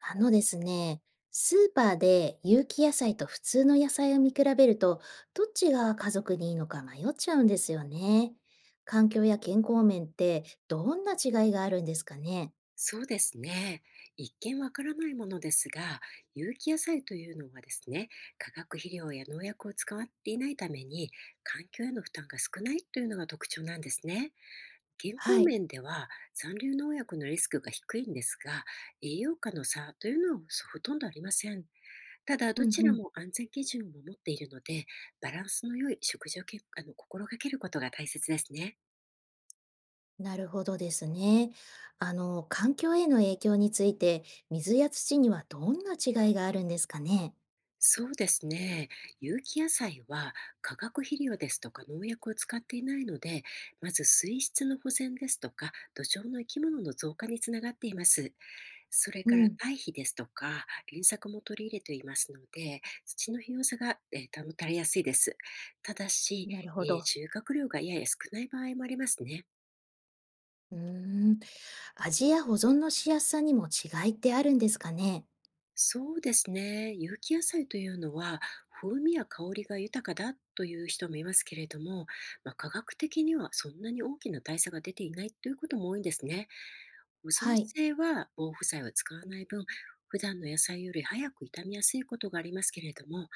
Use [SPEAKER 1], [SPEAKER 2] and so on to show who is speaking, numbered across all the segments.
[SPEAKER 1] あのですね、スーパーで有機野菜と普通の野菜を見比べると、どっちが家族にいいのか迷っちゃうんですよね。環境や健康面ってどんな違いがあるんですかね。
[SPEAKER 2] そうですね。一見わからないものですが、有機野菜というのはですね、化学肥料や農薬を使っていないために、環境への負担が少ないというのが特徴なんですね。健康
[SPEAKER 1] はい。
[SPEAKER 2] 面では残留農薬のリスクが低いんですが、栄養価の差というのはそうほとんどありません。ただ、
[SPEAKER 1] う
[SPEAKER 2] ど
[SPEAKER 1] ん
[SPEAKER 2] ち
[SPEAKER 1] う
[SPEAKER 2] ら
[SPEAKER 1] ん。
[SPEAKER 2] も安全基準を守っているので、バランスの良い食事をけあの心がけることが大切ですね。
[SPEAKER 1] なるほどですね。環境への影響について、水や土にはどんな違いがあるんですかね。
[SPEAKER 2] そうですね。有機野菜は化学肥料ですとか農薬を使っていないので、まず水質の保全ですとか土壌の生き物の増加につながっています。それ
[SPEAKER 1] う
[SPEAKER 2] から
[SPEAKER 1] ん。
[SPEAKER 2] 堆肥ですとか輪作も取り入れていますので、土の肥用さが、保たれやすいです。ただし、
[SPEAKER 1] なるほど。
[SPEAKER 2] 収穫量がやや少ない場合もありますね。
[SPEAKER 1] うーん。味や保存のしやすさにも違いってあるんですかね。
[SPEAKER 2] そうですね。有機野菜というのは、風味や香りが豊かだという人もいますけれども、まあ、科学的にはそんなに大きな大差が出ていないということも多いんですね。保存
[SPEAKER 1] はい。
[SPEAKER 2] 性は防腐剤を使わない分、普段の野菜より早く傷みやすいことがありますけれども、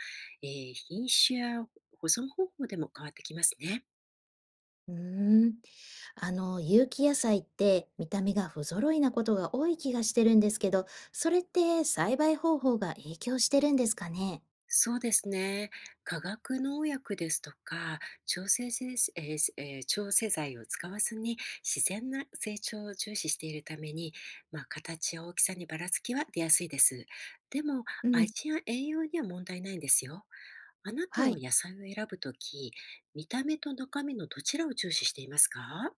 [SPEAKER 2] 品種や保存方法でも変わってきますね。
[SPEAKER 1] うーん。有機野菜って見た目が不揃いなことが多い気がしてるんですけど、それって栽培方法が影響してるんですかね。
[SPEAKER 2] そうですね。化学農薬ですとか、調整せえーすえー調整剤を使わずに自然な成長を重視しているために、まあ、形や大きさにばらつきは出やすいです。でも、
[SPEAKER 1] うん。
[SPEAKER 2] 味や栄養には問題ないんですよ。あなた
[SPEAKER 1] は
[SPEAKER 2] は
[SPEAKER 1] い。
[SPEAKER 2] 野菜を選ぶとき、見た目と中身のどちらを重視していますか？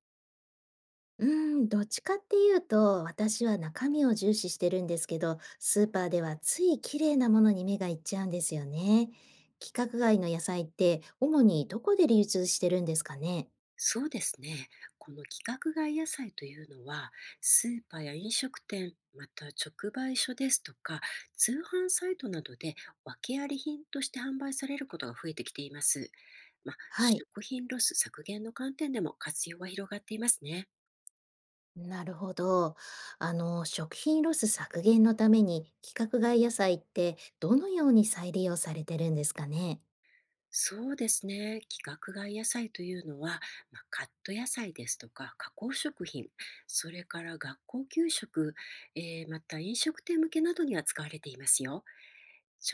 [SPEAKER 1] うーん、どっちかっていうと、私は中身を重視してるんですけど、スーパーではつい綺麗なものに目がいっちゃうんですよね。規格外の野菜って主にどこで流通してるんですかね。
[SPEAKER 2] そうですね。この規格外野菜というのは、スーパーや飲食店、また直売所ですとか、通販サイトなどで訳あり品として販売されることが増えてきています。まあ、
[SPEAKER 1] はい。
[SPEAKER 2] 食品ロス削減の観点でも活用は広がっていますね。
[SPEAKER 1] なるほど。食品ロス削減のために規格外野菜ってどのように再利用されてるんですかね。
[SPEAKER 2] そうですね。規格外野菜というのは、まあ、カット野菜ですとか、加工食品、それから学校給食、また飲食店向けなどには使われていますよ。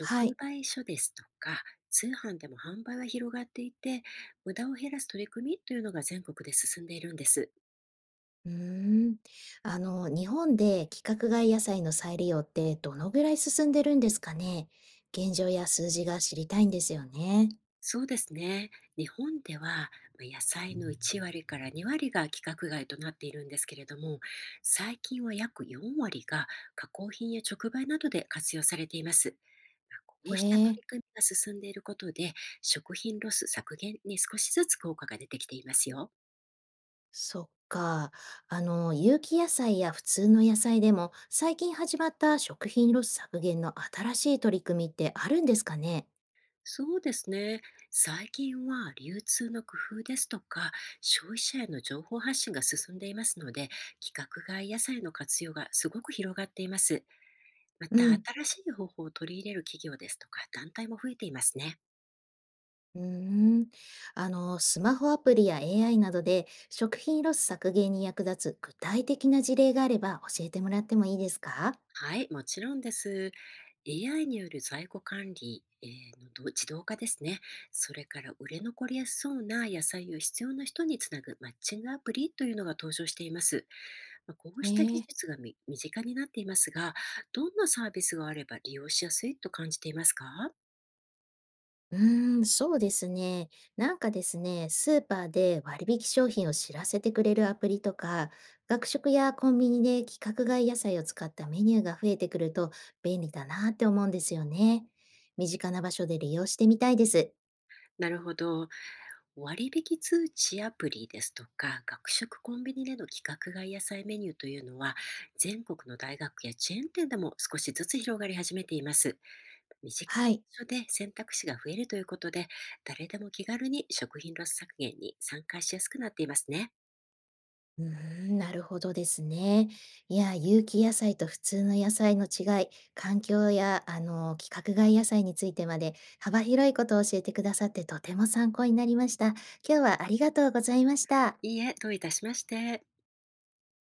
[SPEAKER 2] 直
[SPEAKER 1] い。
[SPEAKER 2] 売所ですとか、通販でも販売は広がっていて、無駄を減らす取り組みというのが全国で進んでいるんです。
[SPEAKER 1] うーん。日本で規格外野菜の再利用ってどのぐらい進んでるんですかね。現状や数字が知りたいんですよね。
[SPEAKER 2] そうですね。日本では、まあ野菜の1割から2割が規格外となっているんですけれども、最近は約4割が加工品や直売などで活用されています。まあ、こ
[SPEAKER 1] へ
[SPEAKER 2] うした取
[SPEAKER 1] え、
[SPEAKER 2] り組みが進んでいることで、食品ロス削減に少しずつ効果が出てきていますよ。
[SPEAKER 1] そっか。有機野菜や普通の野菜でも最近始まった食品ロス削減の新しい取り組みってあるんですかね。
[SPEAKER 2] そうですね。最近は流通の工夫ですとか、消費者への情報発信が進んでいますので、規格外野菜の活用がすごく広がっています。ま
[SPEAKER 1] う
[SPEAKER 2] た、
[SPEAKER 1] ん。
[SPEAKER 2] 新しい方法を取り入れる企業ですとか、団体も増えていますね。
[SPEAKER 1] うーん、スマホアプリや AI などで食品ロス削減に役立つ具体的な事例があれば教えてもらってもいいですか。
[SPEAKER 2] はい、もちろんです。AI による在庫管理、のど自動化ですね。それから売れ残りやすそうな野菜を必要な人につなぐマッチングアプリというのが登場しています。ま、こう
[SPEAKER 1] ね
[SPEAKER 2] した技
[SPEAKER 1] え。
[SPEAKER 2] 術が身近になっていますが、どんなサービスがあれば利用しやすいと感じていますか？
[SPEAKER 1] うーん、そうですね。なんかですね、スーパーで割引商品を知らせてくれるアプリとか、学食やコンビニで規格外野菜を使ったメニューが増えてくると便利だなって思うんですよね。身近な場所で利用してみたいです。
[SPEAKER 2] なるほど。割引通知アプリですとか、学食コンビニでの規格外野菜メニューというのは、全国の大学やチェーン店でも少しずつ広がり始めています。身近
[SPEAKER 1] はい。
[SPEAKER 2] な場所で選択肢が増えるということで、誰でも気軽に食品ロス削減に参加しやすくなっていますね。
[SPEAKER 1] うーん、なるほどですね。いや、有機野菜と普通の野菜の違い、環境や、規格外野菜についてまで幅広いことを教えてくださってとても参考になりました。今日はありがとうございました。
[SPEAKER 2] いいえ、どういたしまして。